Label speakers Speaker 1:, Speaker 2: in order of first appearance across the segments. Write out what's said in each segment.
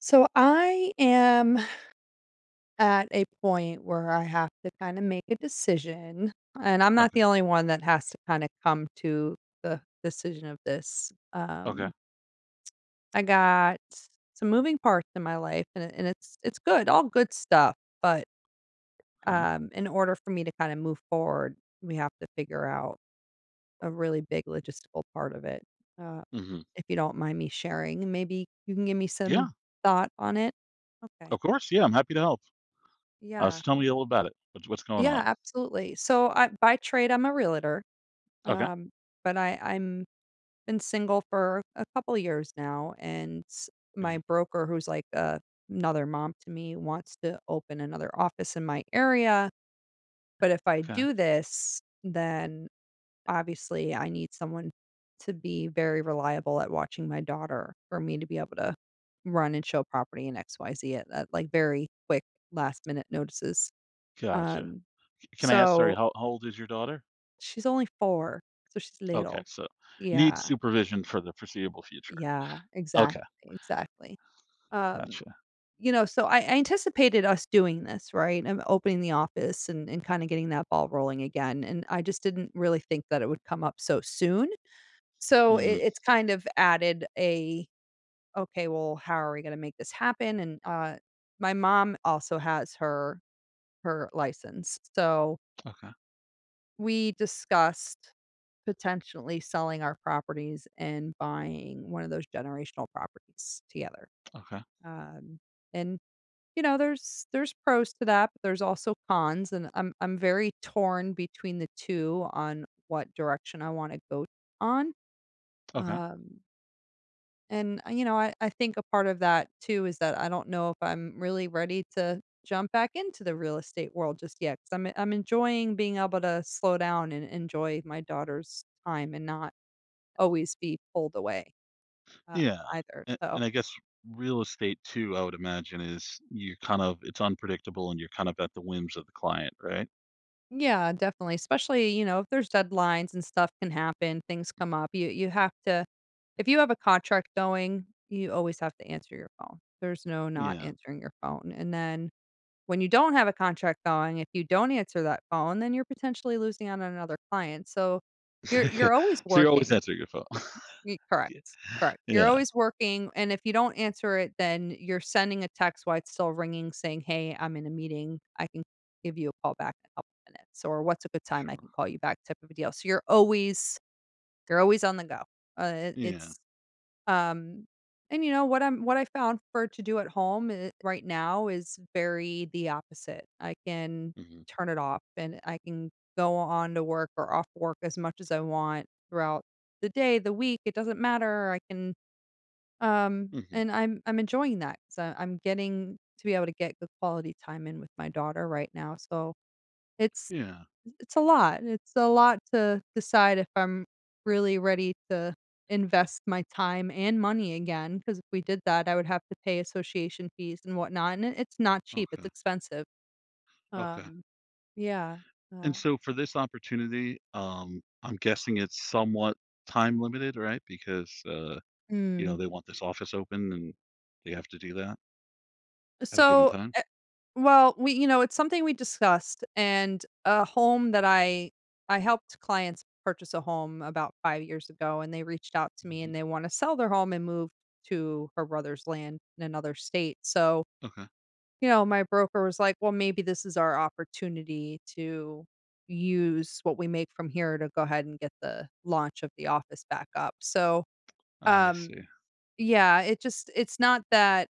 Speaker 1: So I am at a point where I have to kind of make a decision, and I'm not
Speaker 2: Okay.
Speaker 1: the only one that has to kind of come to the decision of this.
Speaker 2: Okay.
Speaker 1: I got some moving parts in my life, and, and it's good, all good stuff. But
Speaker 2: Okay.
Speaker 1: in order for me to kind of move forward, we have to figure out a really big logistical part of it. Uh,
Speaker 2: Mhm.
Speaker 1: if you don't mind me sharing, maybe you can give me
Speaker 2: Yeah.
Speaker 1: some thought on it. Okay.
Speaker 2: Of course. Yeah. I'm happy to help. So
Speaker 1: Yeah.
Speaker 2: tell me a little about it. What's going on?
Speaker 1: Yeah, absolutely. So, I by trade, I'm a realtor,
Speaker 2: Okay.
Speaker 1: um, but I'm been single for a couple years now, and
Speaker 2: Yeah.
Speaker 1: my broker, who's like, another mom to me, wants to open another office in my area, but if I
Speaker 2: Okay.
Speaker 1: do this, then obviously I need someone to be very reliable at watching my daughter for me to be able to run and show property in XYZ at like, very quick last-minute notices.
Speaker 2: Gotcha.
Speaker 1: Um,
Speaker 2: Can I ask? Sorry.
Speaker 1: so
Speaker 2: How old is your daughter?
Speaker 1: she's only 4, so she's
Speaker 2: Okay.
Speaker 1: little.
Speaker 2: So needs
Speaker 1: Yeah,
Speaker 2: supervision for the foreseeable future.
Speaker 1: yeah, exactly,
Speaker 2: Okay.
Speaker 1: exactly. Um,
Speaker 2: Gotcha.
Speaker 1: you know, so I anticipated us doing this, right? I'm opening the office and kinda getting that ball rolling again, and I just didn't really think that it would come up so soon. So it
Speaker 2: Mm,
Speaker 1: it's kind of added a, "Okay, well, how are we gonna make this happen?" And, my mom also has her license, so
Speaker 2: okay.
Speaker 1: we discussed potentially selling our properties and buying one of those generational properties together.
Speaker 2: Okay.
Speaker 1: Um, and you know, there's pros to that, but there's also cons, and I'm very torn between the two on what direction I want to go on.
Speaker 2: Okay.
Speaker 1: Um, you know, I think a part of that too is that I don't know if I'm really ready to jump back into the real estate world just yet because I'm enjoying being able to slow down and enjoy my daughter's time and not always be pulled away, uh,
Speaker 2: Yeah.
Speaker 1: either,
Speaker 2: And,
Speaker 1: so
Speaker 2: and I guess real estate too, I would imagine, is you're kind of it's unpredictable and you're kind of at the whims of the client, right?
Speaker 1: yeah, definitely, especially, you know, if there's deadlines and stuff can happen, things come up, you have to if you have a contract going, you always have to answer your phone. There's no not
Speaker 2: Yeah.
Speaker 1: answering your phone, and then when you don't have a contract going, if you don't answer that phone, then you're potentially losing out on another client, so you're you're always
Speaker 2: So you're always
Speaker 1: working.
Speaker 2: answering your phone.
Speaker 1: Y correct, correct. You're
Speaker 2: Yeah.
Speaker 1: always working, and if you don't answer it, then you're sending a text while it's still ringing saying, "Hey, I'm in a meeting. I can give you a call back in a couple minutes," or, "What's a good time I can
Speaker 2: Sure.
Speaker 1: call you back?" type of a deal. So you're always on the go. It
Speaker 2: Yeah.
Speaker 1: it's um, and you know what I found for to do at home I right now is very the opposite. I can
Speaker 2: Mhm.
Speaker 1: turn it off and I can go on to work or off work as much as I want throughout the day, the week, it doesn't matter. I can
Speaker 2: Mhm.
Speaker 1: and I'm enjoying that 'cause I am enjoying that because I am getting to be able to get good quality time in with my daughter right now. So it's
Speaker 2: Yeah.
Speaker 1: it's a lot. It's a lot to decide if I'm really ready to invest my time and money again. Because if we did that, I would have to pay association fees and whatnot, and it's not cheap, it's
Speaker 2: Okay.
Speaker 1: expensive.
Speaker 2: Okay.
Speaker 1: Um, yeah,
Speaker 2: And
Speaker 1: um
Speaker 2: so for this opportunity, I'm guessing it's somewhat time limited, right? Because you
Speaker 1: mm.
Speaker 2: know, they want this office open and they have to do that at a given
Speaker 1: So,
Speaker 2: time.
Speaker 1: eh well, we you know, it's something we discussed, and a home that I helped clients purchase a home about 5 years ago, and they reached out to me,
Speaker 2: Hmm.
Speaker 1: and they wanna sell their home and move to her brother's land in another state, so
Speaker 2: Okay.
Speaker 1: you know, my broker was like, "Well, maybe this is our opportunity to use what we make from here to go ahead and get the launch of the office back up." So,
Speaker 2: I
Speaker 1: um,
Speaker 2: see.
Speaker 1: yeah, it just it's not that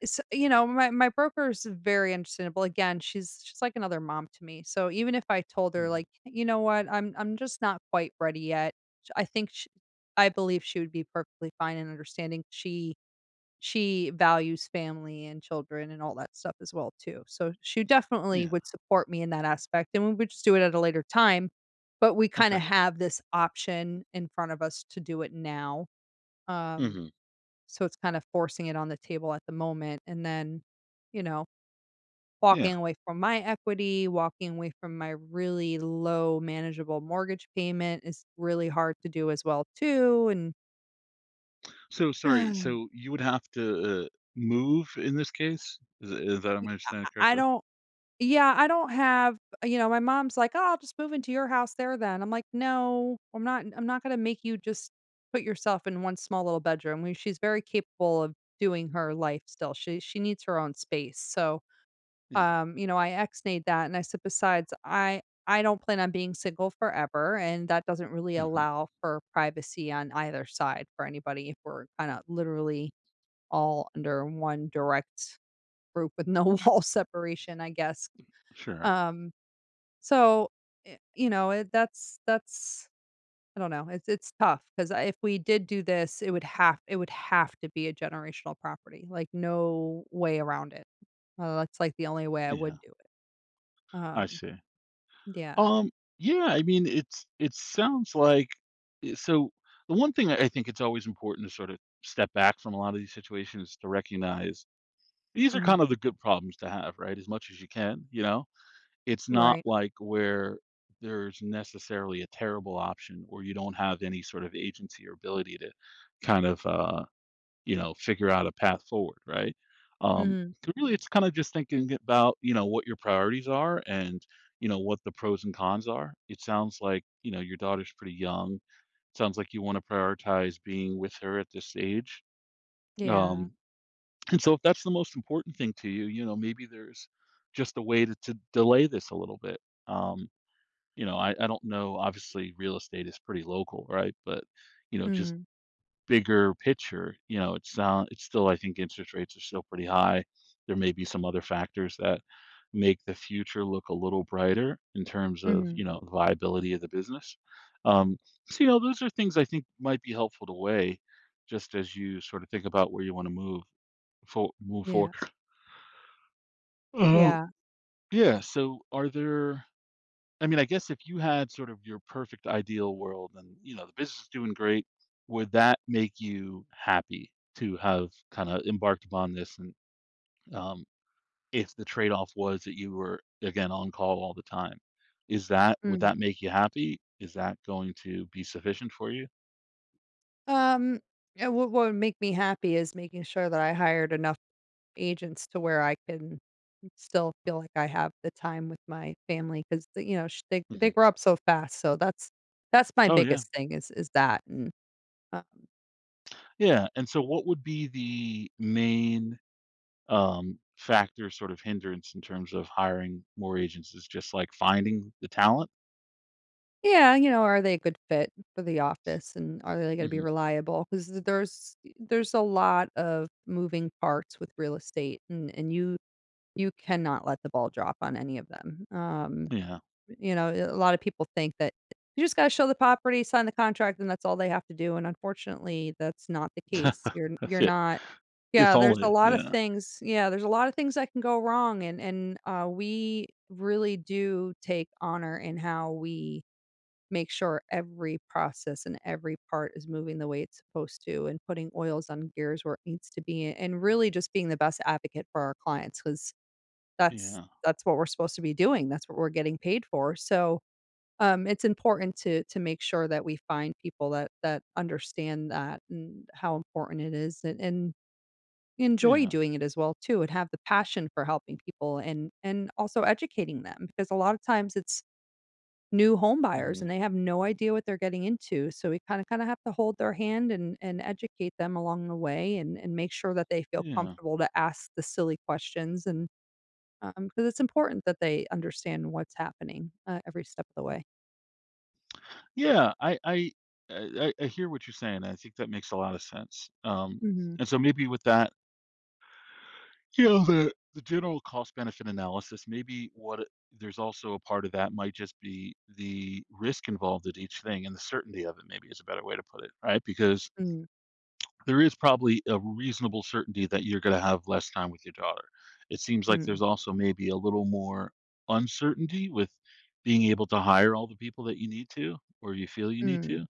Speaker 1: it's, you know, my broker is very understandable. Again, she's like another mom to me. So even if I told her
Speaker 2: Mhm.
Speaker 1: like, "You know what? I'm just not quite ready yet." sh- I think sh I believe she would be perfectly fine and understanding. She values family and children and all that stuff as well too. So she definitely
Speaker 2: Yeah.
Speaker 1: would support me in that aspect, and we would just do it at a later time, but we kinda
Speaker 2: Okay.
Speaker 1: have this option in front of us to do it now. Um,
Speaker 2: Hmm.
Speaker 1: so it's kind of forcing it on the table at the moment and then, you know, walking
Speaker 2: Yeah.
Speaker 1: away from my equity, walking away from my really low manageable mortgage payment is really hard to do as well too, and
Speaker 2: So sorry.
Speaker 1: I
Speaker 2: So you would have to move in this case? Is that am I understanding
Speaker 1: I
Speaker 2: correctly?
Speaker 1: don't yeah, I don't have you know, my mom's like, "Oh, I'll just move into your house there then." I'm like, "No, I'm not gonna make you just put yourself in one small little bedroom." We she's very capable of doing her life still. She needs her own space. So,
Speaker 2: Yeah.
Speaker 1: you know, I ex-nayed that and I said, "Besides, I don't plan on being single forever, and that doesn't really
Speaker 2: Hmm.
Speaker 1: allow for privacy on either side for anybody if we're kind of literally all under one direct roof with no wall separation, I guess."
Speaker 2: Sure.
Speaker 1: Um so, you know, it that's I don't know, it's tough because if we did do this, it would have to be a generational property, like, no way around it. That's, like, the only way I
Speaker 2: Yeah.
Speaker 1: would do it.
Speaker 2: I
Speaker 1: Um,
Speaker 2: see.
Speaker 1: yeah.
Speaker 2: Um, yeah, I mean, it's it sounds like eh, so the one thing I think it's always important to sort of step back from a lot of these situations is to recognize these are
Speaker 1: Mhm.
Speaker 2: kind of the good problems to have, right? As much as you can, you know? It's not
Speaker 1: Right.
Speaker 2: like where there's necessarily a terrible option or you don't have any sort of agency or ability to kind of you know, figure out a path forward, right? Um,
Speaker 1: Mhm.
Speaker 2: so really, it's kind of just thinking about, you know, what your priorities are, and, you know, what the pros and cons are. It sounds like, you know, your daughter's pretty young. Sounds like you want to prioritize being with her at this age.
Speaker 1: Yeah.
Speaker 2: Um, and so if that's the most important thing to you, you know, maybe there's just a way to delay this a little bit. Um, you know, I don't know. Obviously, real estate is pretty local, right? But, you know, just
Speaker 1: Mhm.
Speaker 2: bigger picture, you know, it's not it's still I think interest rates are still pretty high. There may be some other factors that make the future look a little brighter in terms of,
Speaker 1: Mhm.
Speaker 2: you know, viability of the business. Um, so, you know, those are things I think might be helpful to weigh just as you sort of think about where you want to move forward.
Speaker 1: Yeah.
Speaker 2: Oh,
Speaker 1: Yeah.
Speaker 2: yeah. So are there I mean, I guess if you had sort of your perfect ideal world and, you know, the business is doing great, would that make you happy to have kind of embarked upon this? And um, if the trade-off was that you were, again, on call all the time, is that, would
Speaker 1: Mm.
Speaker 2: that make you happy? Is that going to be sufficient for you?
Speaker 1: Um, what would make me happy is making sure that I hired enough agents to where I can still feel like I have the time with my family because you know, sh they
Speaker 2: Hmm.
Speaker 1: grow up so fast, so that's my
Speaker 2: Oh, yeah.
Speaker 1: biggest thing is that, uh
Speaker 2: Yeah. And so what would be the main factor sort of hindrance in terms of hiring more agents is just like finding the talent?
Speaker 1: yeah, you know, are they a good fit for the office, and are they gonna be
Speaker 2: Hmm.
Speaker 1: reliable because there's a lot of moving parts with real estate, and you cannot let the ball drop on any of them,
Speaker 2: Yeah.
Speaker 1: you know, a lot of people think that you just gotta show the property, sign the contract, and that's all they have to do, and unfortunately, that's not the case.
Speaker 2: That's
Speaker 1: You're
Speaker 2: it.
Speaker 1: not
Speaker 2: If
Speaker 1: Yeah, there's a
Speaker 2: only.
Speaker 1: lot of
Speaker 2: Yeah.
Speaker 1: things yeah, there's a lot of things that can go wrong, we really do take honor in how we make sure every process and every part is moving the way it's supposed to and putting oils on gears where it needs to be, and really just being the best advocate for our clients because that's
Speaker 2: Yeah.
Speaker 1: that's what we're supposed to be doing. That's what we're getting paid for, so it's important to make sure that we find people that understand that and how important it is and enjoy
Speaker 2: Yeah.
Speaker 1: doing it as well too and have the passion for helping people and also educating them because a lot of times it's new home buyers
Speaker 2: Mhm.
Speaker 1: and they have no idea what they're getting into so we kind of have to hold their hand and educate them along the way and make sure that they feel
Speaker 2: Yeah.
Speaker 1: comfortable to ask the silly questions and because it's important that they understand what's happening every step of the way.
Speaker 2: Yeah. I hear what you're saying. I think that makes a lot of sense.
Speaker 1: Hmm.
Speaker 2: And so maybe with that, you know, the general cost benefit analysis, maybe there's also a part of that might just be the risk involved at each thing and the certainty of it maybe is a better way to put it, right? Because
Speaker 1: Mm.
Speaker 2: there is probably a reasonable certainty that you're going to have less time with your daughter. It seems like
Speaker 1: Mm.
Speaker 2: there's also maybe a little more uncertainty with being able to hire all the people that you need to or you feel you need
Speaker 1: Mm,
Speaker 2: to.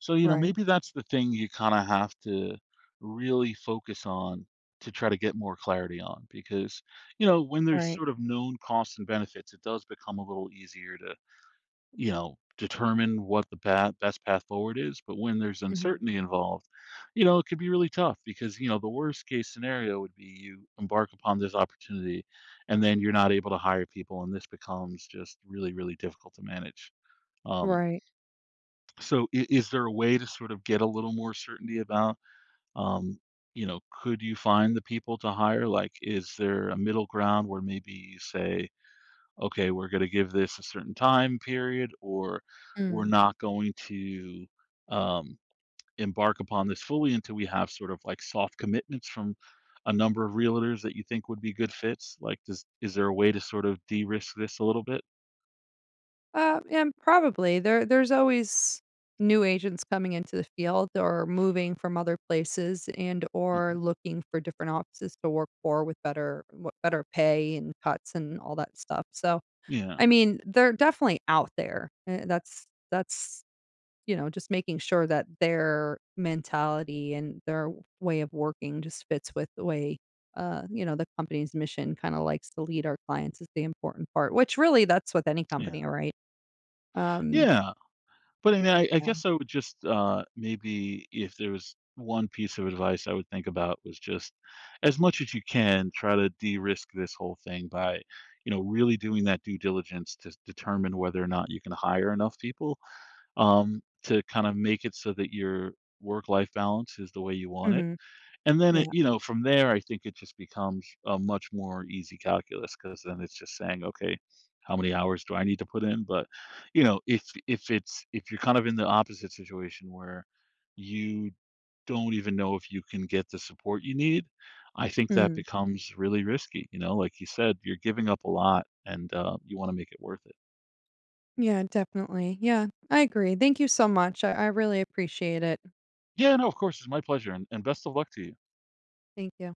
Speaker 2: So, you know,
Speaker 1: right,
Speaker 2: maybe that's the thing you kind of have to really focus on to try to get more clarity on, because, you know, when there's
Speaker 1: right,
Speaker 2: sort of known costs and benefits, it does become a little easier to you know, determine what best path forward is. But when there's
Speaker 1: mhm,
Speaker 2: uncertainty involved, you know, it could be really tough because, you know, the worst case scenario would be you embark upon this opportunity and then you're not able to hire people and this becomes just really, really difficult to manage. Um,
Speaker 1: right,
Speaker 2: so is there a way to sort of get a little more certainty about, um, you know, could you find the people to hire? Like, is there a middle ground where maybe you say, okay, we're going to give this a certain time period, or we're
Speaker 1: mm.
Speaker 2: not going to um, embark upon this fully until we have sort of like soft commitments from a number of realtors that you think would be good fits? Like, does is there a way to sort of de-risk this a little bit?
Speaker 1: And probably there's always new agents coming into the field or moving from other places and or
Speaker 2: Mhm.
Speaker 1: looking for different offices to work for with better pay and cuts and all that stuff, so,
Speaker 2: Yeah,
Speaker 1: I mean, they're definitely out there, eh, that's you know, just making sure that their mentality and their way of working just fits with the way, you know, the company's mission kind of likes to lead our clients is the important part, which really that's with any
Speaker 2: yeah,
Speaker 1: company, right? Um,
Speaker 2: yeah. But I mean, I
Speaker 1: yeah.
Speaker 2: guess I would just, maybe if there was one piece of advice I would think about was just, as much as you can, try to de-risk this whole thing by, you know, really doing that due diligence to determine whether or not you can hire enough people, to kind of make it so that your work-life balance is the way you want it.
Speaker 1: Hmm.
Speaker 2: And then it
Speaker 1: Yeah.
Speaker 2: you know, from there, I think it just becomes a much more easy calculus because then it's just saying, "Okay, how many hours do I need to put in?" But, you know, if it's if you're kind of in the opposite situation where you don't even know if you can get the support you need, I think that
Speaker 1: Mm.
Speaker 2: becomes really risky, you know, like you said, you're giving up a lot and, you wanna make it worth it.
Speaker 1: Yeah, definitely. Yeah, I agree. Thank you so much. I really appreciate it.
Speaker 2: Yeah, no, of course, it's my pleasure, and best of luck to you.
Speaker 1: Thank you.